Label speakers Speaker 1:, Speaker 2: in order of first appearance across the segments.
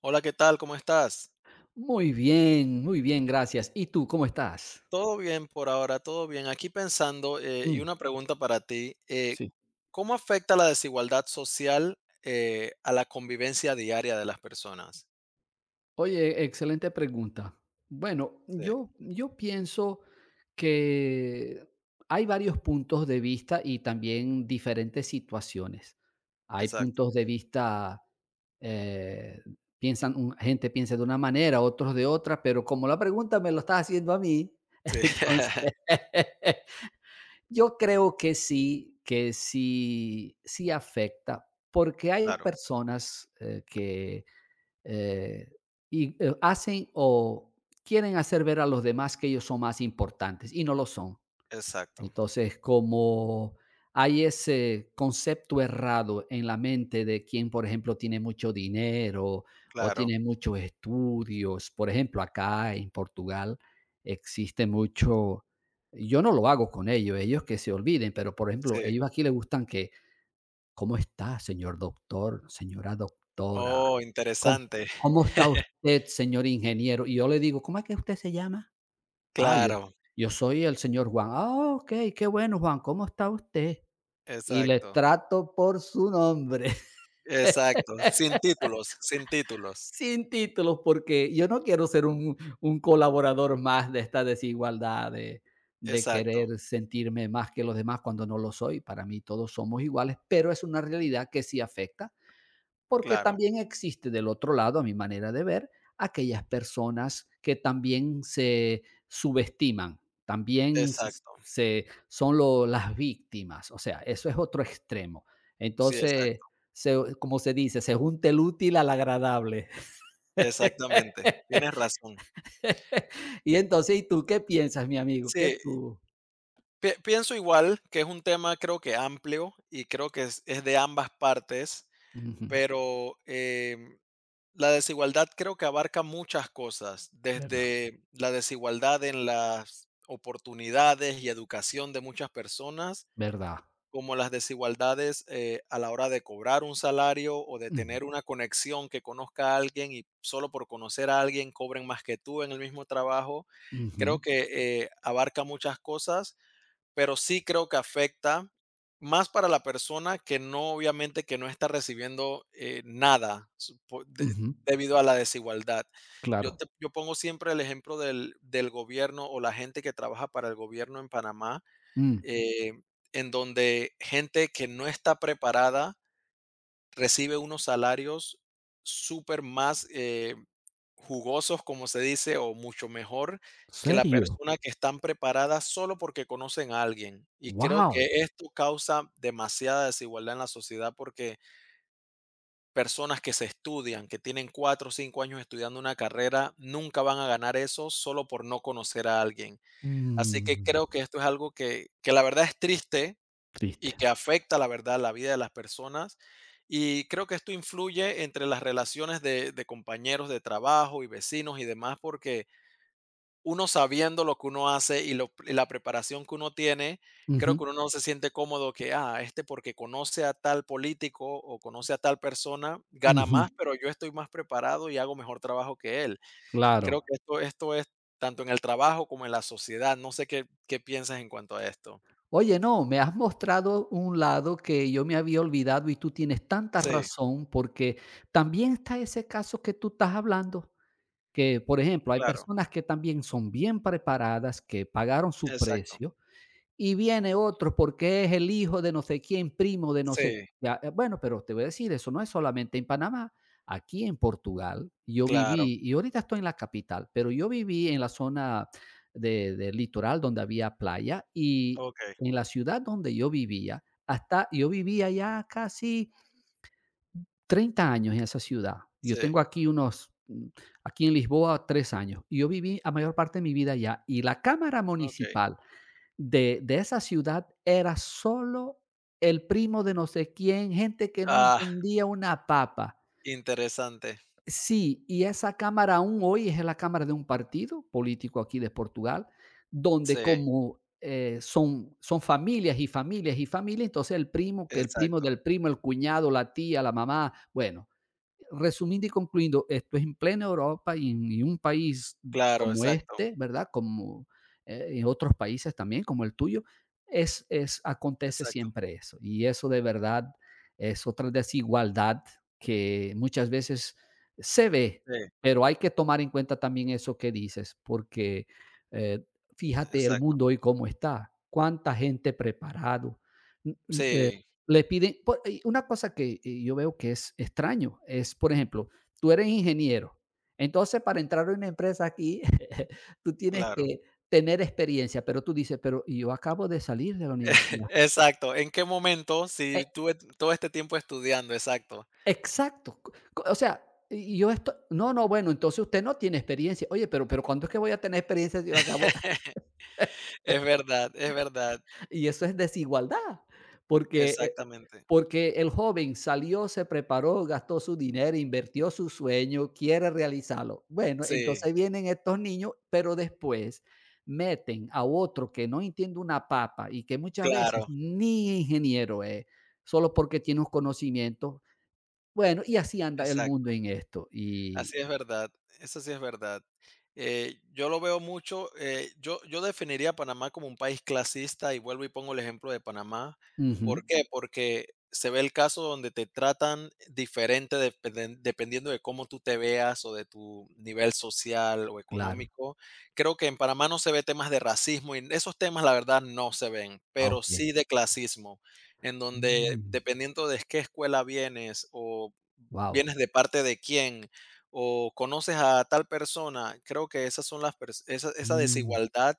Speaker 1: Hola, ¿qué tal? ¿Cómo estás?
Speaker 2: Muy bien, gracias. ¿Y tú cómo estás?
Speaker 1: Todo bien por ahora, todo bien. Aquí pensando, y
Speaker 2: Mm,
Speaker 1: una pregunta para ti,
Speaker 2: sí.
Speaker 1: ¿cómo afecta la desigualdad social, a la convivencia diaria de las personas?
Speaker 2: Oye, excelente pregunta. Bueno,
Speaker 1: Sí,
Speaker 2: yo pienso que hay varios puntos de vista y también diferentes situaciones. Hay
Speaker 1: exacto.
Speaker 2: puntos de vista, eh, piensan, gente piensa de una manera, otros de otra, pero como la pregunta me lo estás haciendo a mí,
Speaker 1: Sí,
Speaker 2: entonces Yo creo que sí, sí afecta, porque hay
Speaker 1: claro,
Speaker 2: personas que eh, y, hacen o quieren hacer ver a los demás que ellos son más importantes y no lo son.
Speaker 1: exacto,
Speaker 2: Entonces, como hay ese concepto errado en la mente de quien, por ejemplo, tiene mucho dinero o
Speaker 1: claro,
Speaker 2: tiene muchos estudios. Por ejemplo, acá en Portugal existe mucho, yo no lo hago con ellos, ellos que se olviden, pero por ejemplo,
Speaker 1: sí.
Speaker 2: ellos aquí les gustan que, ¿cómo está, señor doctor, señora doctora?
Speaker 1: Oh,
Speaker 2: ¿Cómo,
Speaker 1: interesante.
Speaker 2: cómo está usted, señor ingeniero? Y yo le digo, ¿cómo es que usted se llama? Ah, yo
Speaker 1: Claro,
Speaker 2: yo soy el señor Juan. Ah, okey, qué bueno, Juan, ¿cómo está usted? Y le
Speaker 1: exacto,
Speaker 2: trato por su nombre,
Speaker 1: exacto. Sin títulos, sin títulos.
Speaker 2: sin títulos, porque yo no quiero ser un colaborador más de esta desigualdad de
Speaker 1: Exacto,
Speaker 2: querer sentirme más que los demás cuando no lo soy. Para mí todos somos iguales, pero es una realidad que sí afecta. Porque
Speaker 1: claro,
Speaker 2: también existe del otro lado, a mi manera de ver, aquellas personas que también se subestiman, también se
Speaker 1: exacto.
Speaker 2: se son lo las víctimas. O sea, eso es otro extremo.
Speaker 1: Sí,
Speaker 2: Entonces,
Speaker 1: exacto.
Speaker 2: se como se dice, se junta el útil al agradable.
Speaker 1: Exactamente. Tienes razón.
Speaker 2: Y entonces, ¿y tú qué piensas, mi amigo? ¿Qué
Speaker 1: Sí,
Speaker 2: tú?
Speaker 1: Pienso igual, que es un tema creo que amplio y creo que es de ambas partes,
Speaker 2: Ujú,
Speaker 1: pero la desigualdad creo que abarca muchas cosas,
Speaker 2: verdad,
Speaker 1: desde la desigualdad en las oportunidades y educación de muchas personas,
Speaker 2: verdad.
Speaker 1: como las desigualdades a la hora de cobrar un salario o de
Speaker 2: Ujú,
Speaker 1: tener una conexión que conozca a alguien y solo por conocer a alguien cobren más que tú en el mismo trabajo. Creo
Speaker 2: ujú,
Speaker 1: que abarca muchas cosas, pero sí creo que afecta más para la persona que no, obviamente, que no está recibiendo nada su- po- de-
Speaker 2: ujú,
Speaker 1: debido a la desigualdad.
Speaker 2: claro.
Speaker 1: Yo pongo siempre el ejemplo del gobierno o la gente que trabaja para el gobierno en Panamá,
Speaker 2: Mm,
Speaker 1: eh, en donde gente que no está preparada recibe unos salarios súper más jugosos, como se dice, o mucho mejor que la
Speaker 2: ¿serio?
Speaker 1: persona que están preparadas solo porque conocen a alguien. Y creo que
Speaker 2: Wow.
Speaker 1: esto causa demasiada desigualdad en la sociedad porque personas que se estudian, que tienen 4 o 5 años estudiando una carrera, nunca van a ganar eso solo por no conocer a alguien. Así que
Speaker 2: Mm,
Speaker 1: creo que esto es algo que la verdad es triste y
Speaker 2: triste.
Speaker 1: que afecta, la verdad, la vida de las personas. Y creo que esto influye entre las relaciones de compañeros de trabajo y vecinos y demás, porque uno sabiendo lo que uno hace y la preparación que uno tiene, creo
Speaker 2: Ujú,
Speaker 1: que uno no se siente cómodo que, ah, este porque conoce a tal político o conoce a tal persona, gana
Speaker 2: ujú,
Speaker 1: más, pero yo estoy más preparado y hago mejor trabajo que él. Creo
Speaker 2: claro.
Speaker 1: que esto es tanto en el trabajo como en la sociedad. No sé qué piensas en cuanto a esto.
Speaker 2: Oye, no, me has mostrado un lado que yo me había olvidado y tú tienes tanta
Speaker 1: Sí,
Speaker 2: razón, porque también está ese caso que tú estás hablando, que, por ejemplo, hay
Speaker 1: claro,
Speaker 2: personas que también son bien preparadas, que pagaron su
Speaker 1: exacto,
Speaker 2: precio. Y viene otro porque es el hijo de no sé quién, primo de no sé
Speaker 1: sí.
Speaker 2: ya. Bueno, pero te voy a decir, eso no es solamente en Panamá. Aquí en Portugal yo
Speaker 1: Claro,
Speaker 2: viví, y ahorita estoy en la capital, pero yo viví en la zona del litoral, donde había playa, y
Speaker 1: okey,
Speaker 2: en la ciudad donde yo vivía, hasta yo vivía ya casi 30 años en esa ciudad. Yo
Speaker 1: sí,
Speaker 2: tengo aquí unos, mm, aquí en Lisboa, 3 años. Y yo viví la mayor parte de mi vida allá. Y la Cámara
Speaker 1: okey.
Speaker 2: Municipal de esa ciudad era solo el primo de no sé quién, gente que no
Speaker 1: Ah,
Speaker 2: entendía una papa.
Speaker 1: interesante.
Speaker 2: Sí, y esa cámara aún hoy es la cámara de un partido político aquí de Portugal, donde
Speaker 1: Sí,
Speaker 2: como, son familias y familias y familias. Entonces el primo, que el primo
Speaker 1: exacto.
Speaker 2: del primo, el cuñado, la tía, la mamá, bueno, resumiendo y concluyendo, esto es en plena Europa y en un país
Speaker 1: Claro,
Speaker 2: como
Speaker 1: exacto,
Speaker 2: este, ¿verdad? Como, en otros países también, como el tuyo, es acontece
Speaker 1: exacto.
Speaker 2: siempre eso. Y eso de verdad es otra desigualdad que muchas veces se ve,
Speaker 1: Sí,
Speaker 2: pero hay que tomar en cuenta también eso que dices. Porque, eh, fíjate el
Speaker 1: exacto.
Speaker 2: mundo hoy cómo está, cuánta gente preparado
Speaker 1: Sí,
Speaker 2: le piden. Una cosa que yo veo que es extraño es, por ejemplo, tú eres ingeniero, entonces para entrar a una empresa aquí, tú tienes
Speaker 1: claro.
Speaker 2: que tener experiencia, pero tú dices, pero yo acabo de salir de la universidad.
Speaker 1: Exacto, ¿en qué momento?
Speaker 2: E-
Speaker 1: Si tuve todo este tiempo estudiando, exacto.
Speaker 2: exacto. O sea, y yo esto, no, no, bueno, entonces usted no tiene experiencia. Oye, pero ¿cuándo es que voy a tener experiencia si yo acabo?
Speaker 1: Es verdad, es verdad.
Speaker 2: Y eso es desigualdad, porque
Speaker 1: Exactamente.
Speaker 2: porque el joven salió, se preparó, gastó su dinero, invirtió su sueño, quiere realizarlo. Bueno,
Speaker 1: Sí,
Speaker 2: entonces vienen estos niños, pero después meten a otro que no entiende una papa y que muchas veces
Speaker 1: claro,
Speaker 2: ni ingeniero es, solo porque tiene un conocimiento. Bueno, y así anda el mundo
Speaker 1: exacto.
Speaker 2: en esto.
Speaker 1: Así
Speaker 2: Y
Speaker 1: es verdad, eso sí es verdad. Yo lo veo mucho, yo definiría a Panamá como un país clasista y vuelvo y pongo el ejemplo de Panamá.
Speaker 2: ujú,
Speaker 1: ¿Por qué? Porque se ve el caso donde te tratan diferente dependiendo de cómo tú te veas o de tu nivel social o
Speaker 2: claro.
Speaker 1: económico. Creo que en Panamá no se ve temas de racismo y esos temas la verdad no se ven,
Speaker 2: Ah,
Speaker 1: pero
Speaker 2: okey.
Speaker 1: sí de clasismo, en donde
Speaker 2: Mm,
Speaker 1: dependiendo de qué escuela vienes o
Speaker 2: guau.
Speaker 1: vienes de parte de quién, o conoces a tal persona, creo que esas son esa
Speaker 2: Mm,
Speaker 1: desigualdad,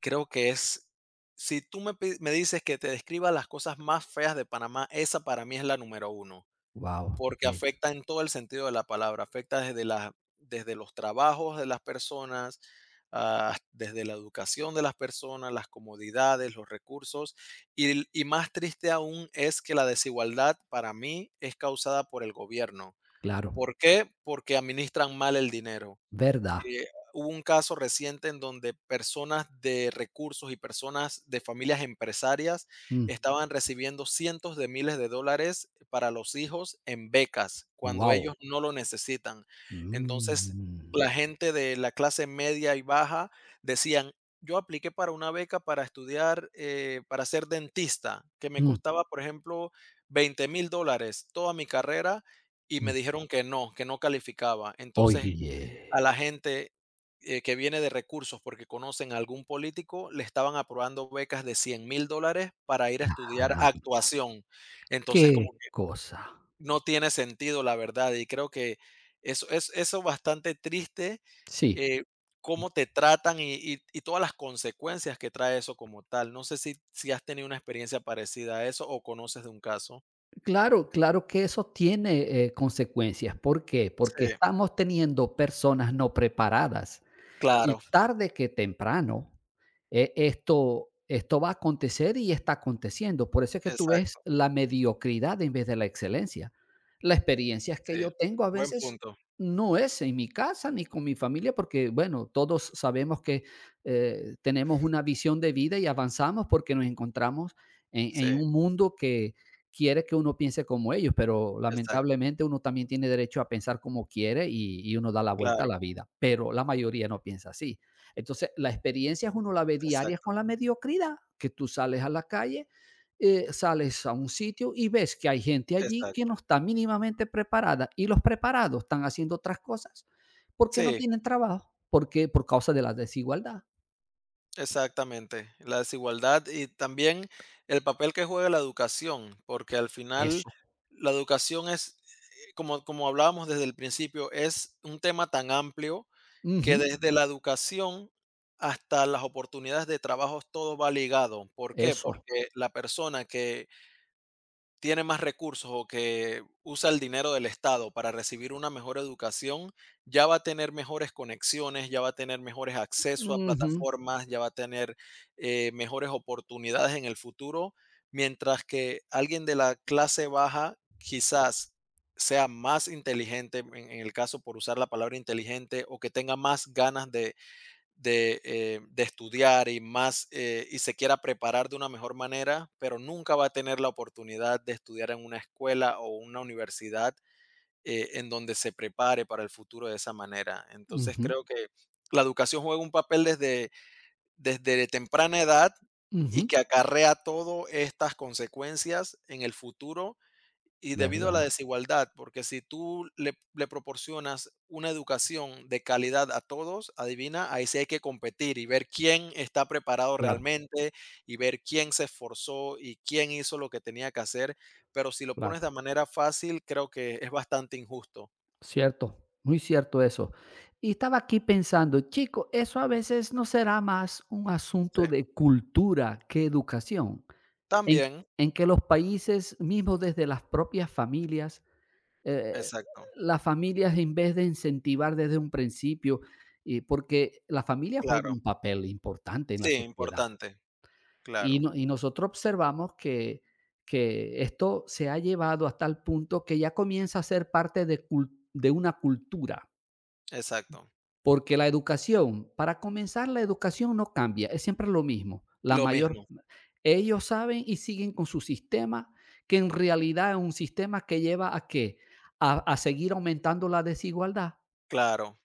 Speaker 1: creo que es, si tú me dices que te describa las cosas más feas de Panamá, esa para mí es la número uno,
Speaker 2: guau,
Speaker 1: porque
Speaker 2: okey,
Speaker 1: afecta en todo el sentido de la palabra, afecta desde los trabajos de las personas, ah, desde la educación de las personas, las comodidades, los recursos, y más triste aún es que la desigualdad para mí es causada por el gobierno.
Speaker 2: claro.
Speaker 1: ¿Por qué? Porque administran mal el dinero.
Speaker 2: ¿Verdad?
Speaker 1: Eh, hubo un caso reciente en donde personas de recursos y personas de familias empresarias
Speaker 2: Mm,
Speaker 1: estaban recibiendo cientos de miles de dólares para los hijos en becas cuando
Speaker 2: guau.
Speaker 1: ellos no lo necesitan.
Speaker 2: Mm,
Speaker 1: Entonces, la
Speaker 2: mm.
Speaker 1: gente de la clase media y baja decían, yo apliqué para una beca para estudiar, para ser dentista, que me
Speaker 2: Mh,
Speaker 1: costaba, por ejemplo, $20,000 toda mi carrera, y
Speaker 2: mh.
Speaker 1: me dijeron que no calificaba. Entonces a la
Speaker 2: Oye,
Speaker 1: gente, que viene de recursos porque conocen a algún político, le estaban aprobando becas de $100,000 para ir a estudiar
Speaker 2: caramba,
Speaker 1: actuación. Entonces, como
Speaker 2: qué
Speaker 1: que
Speaker 2: cosa.
Speaker 1: no tiene sentido, la verdad, y creo que eso es eso bastante triste,
Speaker 2: Sí,
Speaker 1: eh, cómo te tratan y todas las consecuencias que trae eso como tal. No sé si has tenido una experiencia parecida a eso o conoces de un caso.
Speaker 2: claro, claro que eso tiene, consecuencias. ¿Por qué? Porque
Speaker 1: Sí,
Speaker 2: estamos teniendo personas no preparadas. Y
Speaker 1: claro,
Speaker 2: tarde que temprano, esto va a acontecer y está aconteciendo. Por eso es que tú ves
Speaker 1: exacto,
Speaker 2: la mediocridad en vez de la excelencia. La experiencia que
Speaker 1: sí.
Speaker 2: yo tengo a
Speaker 1: Buen
Speaker 2: veces
Speaker 1: punto.
Speaker 2: no es en mi casa ni con mi familia, porque, bueno, todos sabemos que tenemos una visión de vida y avanzamos porque nos encontramos en
Speaker 1: Sí,
Speaker 2: un mundo que quiere que uno piense como ellos, pero
Speaker 1: exacto,
Speaker 2: lamentablemente uno también tiene derecho a pensar como quiere, y uno da la vuelta a
Speaker 1: claro,
Speaker 2: la vida, pero la mayoría no piensa así. Entonces, las experiencias uno la ve diarias
Speaker 1: exacto.
Speaker 2: con la mediocridad, que tú sales a la calle, sales a un sitio y ves que hay gente allí que no
Speaker 1: Exacto.
Speaker 2: está mínimamente preparada, y los preparados están haciendo otras cosas porque no
Speaker 1: Sí,
Speaker 2: tienen trabajo, porque por causa de la desigualdad.
Speaker 1: exactamente. La desigualdad y también el papel que juega la educación, porque al final
Speaker 2: Eso,
Speaker 1: la educación es, como hablábamos desde el principio, es un tema tan amplio que
Speaker 2: ujú,
Speaker 1: desde la educación hasta las oportunidades de trabajo todo va ligado. ¿Por qué?
Speaker 2: eso,
Speaker 1: Porque la persona que tiene más recursos o que usa el dinero del Estado para recibir una mejor educación, ya va a tener mejores conexiones, ya va a tener mejores accesos a
Speaker 2: ujú,
Speaker 1: plataformas, ya va a tener mejores oportunidades en el futuro, mientras que alguien de la clase baja quizás sea más inteligente, en el caso por usar la palabra inteligente, o que tenga más ganas de estudiar y más y se quiera preparar de una mejor manera, pero nunca va a tener la oportunidad de estudiar en una escuela o una universidad en donde se prepare para el futuro de esa manera. Entonces
Speaker 2: ujú,
Speaker 1: creo que la educación juega un papel desde, desde temprana edad y
Speaker 2: ujú,
Speaker 1: que acarrea todas estas consecuencias en el futuro y debido a la
Speaker 2: ¿verdad?
Speaker 1: desigualdad, porque si tú le proporcionas una educación de calidad a todos, adivina, ahí sí hay que competir y ver quién está preparado
Speaker 2: Claro.
Speaker 1: realmente y ver quién se esforzó y quién hizo lo que tenía que hacer. Pero si lo pones
Speaker 2: Claro.
Speaker 1: de manera fácil, creo que es bastante injusto.
Speaker 2: Cierto, muy cierto eso. Y estaba aquí pensando, chico, eso a veces no será más un
Speaker 1: Sí.
Speaker 2: asunto de cultura que educación, en,
Speaker 1: También,
Speaker 2: en que los países, mismos desde las propias familias, eh,
Speaker 1: exacto,
Speaker 2: las familias en vez de incentivar desde un principio, y porque la familia juega
Speaker 1: claro.
Speaker 2: un papel importante en la
Speaker 1: Sí,
Speaker 2: sociedad.
Speaker 1: importante,
Speaker 2: Y,
Speaker 1: claro,
Speaker 2: y nosotros observamos que esto se ha llevado hasta el punto que ya comienza a ser parte de, de una cultura,
Speaker 1: exacto.
Speaker 2: porque la educación, para comenzar, la educación no cambia, es siempre lo mismo. La
Speaker 1: Lo
Speaker 2: mayor,
Speaker 1: mismo,
Speaker 2: ellos saben y siguen con su sistema, que en realidad es un sistema que lleva a qué? A seguir aumentando la desigualdad,
Speaker 1: claro.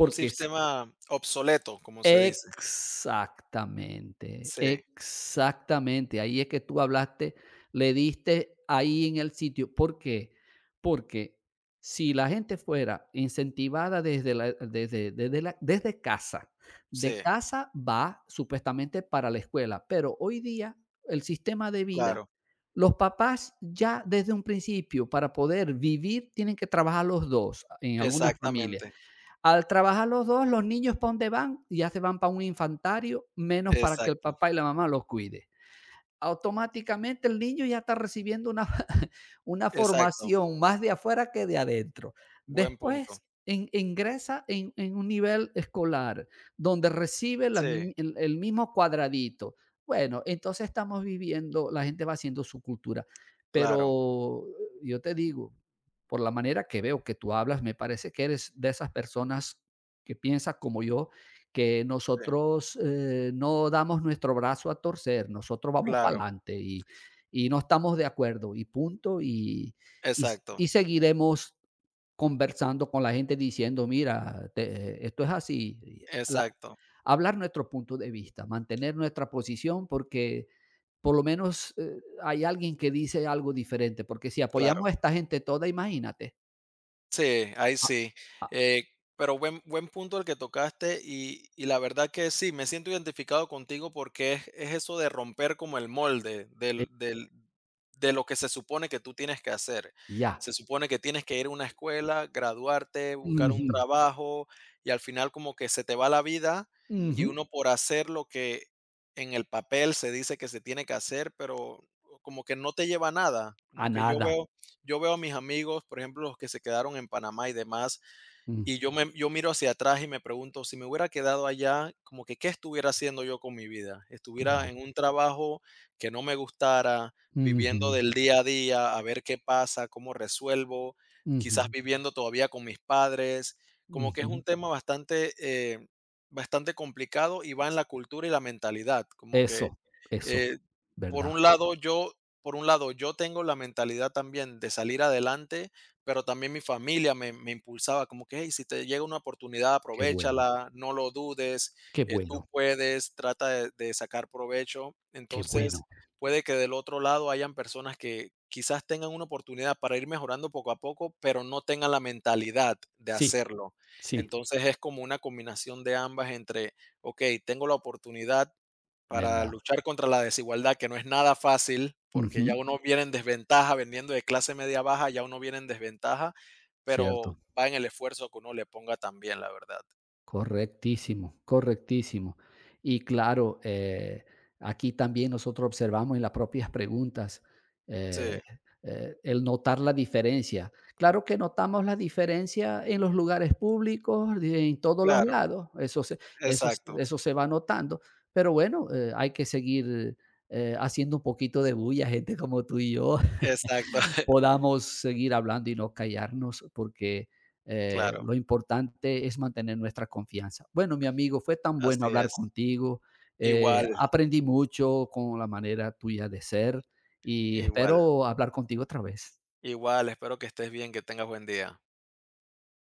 Speaker 1: Un sistema obsoleto, como se dice.
Speaker 2: exactamente,
Speaker 1: Sí,
Speaker 2: exactamente. Ahí es que tú hablaste, le diste ahí en el sitio. ¿Por qué? Porque si la gente fuera incentivada desde la desde casa, de
Speaker 1: sí,
Speaker 2: casa va supuestamente para la escuela, pero hoy día el sistema de vida,
Speaker 1: claro.
Speaker 2: los papás ya desde un principio, para poder vivir, tienen que trabajar los dos, en algunas familias.
Speaker 1: Exactamente,
Speaker 2: Al trabajar los 2, los niños, ¿para dónde van? Ya se van para un infantario, menos para que el
Speaker 1: exacto,
Speaker 2: papá y la mamá los cuide, automáticamente el niño ya está recibiendo una una
Speaker 1: exacto,
Speaker 2: formación más de afuera que de adentro.
Speaker 1: buen punto.
Speaker 2: Después in ingresa en un nivel escolar donde recibe la
Speaker 1: Sí,
Speaker 2: mi el mismo cuadradito. Bueno, entonces estamos viviendo, la gente va haciendo su cultura,
Speaker 1: claro,
Speaker 2: pero yo te digo, por la manera que veo que tú hablas, me parece que eres de esas personas que piensa como yo, que
Speaker 1: sí,
Speaker 2: nosotros, no damos nuestro brazo a torcer, nosotros vamos para
Speaker 1: claro,
Speaker 2: adelante y no estamos de acuerdo y punto, y s
Speaker 1: exacto,
Speaker 2: y seguiremos conversando con la gente diciendo: "Mira, te esto es así", y la
Speaker 1: exacto,
Speaker 2: hablar nuestro punto de vista, mantener nuestra posición, porque por lo menos, hay alguien que dice algo diferente, porque si apoyamos a
Speaker 1: claro.
Speaker 2: esta gente toda, imagínate.
Speaker 1: Sí, ahí
Speaker 2: Ah,
Speaker 1: sí.
Speaker 2: ah,
Speaker 1: Eh, pero buen punto el que tocaste y la verdad que sí, me siento identificado contigo porque es eso de romper como el molde
Speaker 2: eh,
Speaker 1: de lo que se supone que tú tienes que hacer.
Speaker 2: ya.
Speaker 1: Se supone que tienes que ir a una escuela, graduarte, buscar un
Speaker 2: Ujú,
Speaker 1: trabajo y al final como que se te va la vida y
Speaker 2: ujú,
Speaker 1: uno por hacer lo que en el papel se dice que se tiene que hacer, pero como que no te lleva a nada.
Speaker 2: a
Speaker 1: Como que yo
Speaker 2: nada.
Speaker 1: veo pues, yo veo a mis amigos, por ejemplo, los que se quedaron en Panamá y demás,
Speaker 2: Mm,
Speaker 1: yo miro hacia atrás y me pregunto, si me hubiera quedado allá, como que, ¿qué estuviera haciendo yo con mi vida? Estuviera en
Speaker 2: claro.
Speaker 1: un trabajo que no me gustara,
Speaker 2: Ujú,
Speaker 1: viviendo del día a día, a ver qué pasa, cómo resuelvo, quizás
Speaker 2: ujú,
Speaker 1: viviendo todavía con mis padres, como que es
Speaker 2: ujú.
Speaker 1: un tema bastante, bastante complicado y va en la cultura y la mentalidad, como que
Speaker 2: Eso, eso,
Speaker 1: eh, por
Speaker 2: ¿verdad?
Speaker 1: un lado, yo por un lado, yo tengo la mentalidad también de salir adelante, pero también mi me impulsaba como que, hey, si te llega una oportunidad,
Speaker 2: Qué bueno,
Speaker 1: aprovéchala, no lo dudes,
Speaker 2: qué
Speaker 1: tú
Speaker 2: bueno,
Speaker 1: puedes, trata de sacar provecho.
Speaker 2: qué bueno.
Speaker 1: Entonces, puede que del otro lado hayan personas que quizás tengan una oportunidad para ir mejorando poco a poco, pero no tengan la mentalidad de
Speaker 2: Sí,
Speaker 1: hacerlo.
Speaker 2: sí,
Speaker 1: Entonces, es como una combinación de ambas entre, ok, tengo la oportunidad, para
Speaker 2: ¿verdad?
Speaker 1: luchar contra la desigualdad, que no es nada fácil, porque
Speaker 2: Ujú,
Speaker 1: ya uno viene en desventaja, vendiendo de clase media baja, ya uno viene en desventaja,
Speaker 2: cierto.
Speaker 1: pero va en el esfuerzo que uno le ponga también, la verdad.
Speaker 2: Correctísimo, correctísimo. Y claro, aquí también nosotros observamos en las propias preguntas eh,
Speaker 1: Sí,
Speaker 2: el notar la diferencia. Claro que notamos la diferencia en los lugares públicos, en todos los
Speaker 1: claro,
Speaker 2: lados, eso se,
Speaker 1: exacto,
Speaker 2: eso se va notando, pero bueno, hay que seguir haciendo un poquito de bulla, gente como tú y yo,
Speaker 1: exacto,
Speaker 2: podamos seguir hablando y no callarnos, porque,
Speaker 1: claro,
Speaker 2: lo importante es mantener nuestra confianza. Bueno, mi amigo, fue tan bueno
Speaker 1: así
Speaker 2: hablar
Speaker 1: es.
Speaker 2: contigo,
Speaker 1: Igual,
Speaker 2: aprendí mucho con la manera tuya de ser y
Speaker 1: igual,
Speaker 2: espero hablar contigo otra vez.
Speaker 1: igual, espero que estés bien, que tengas buen día.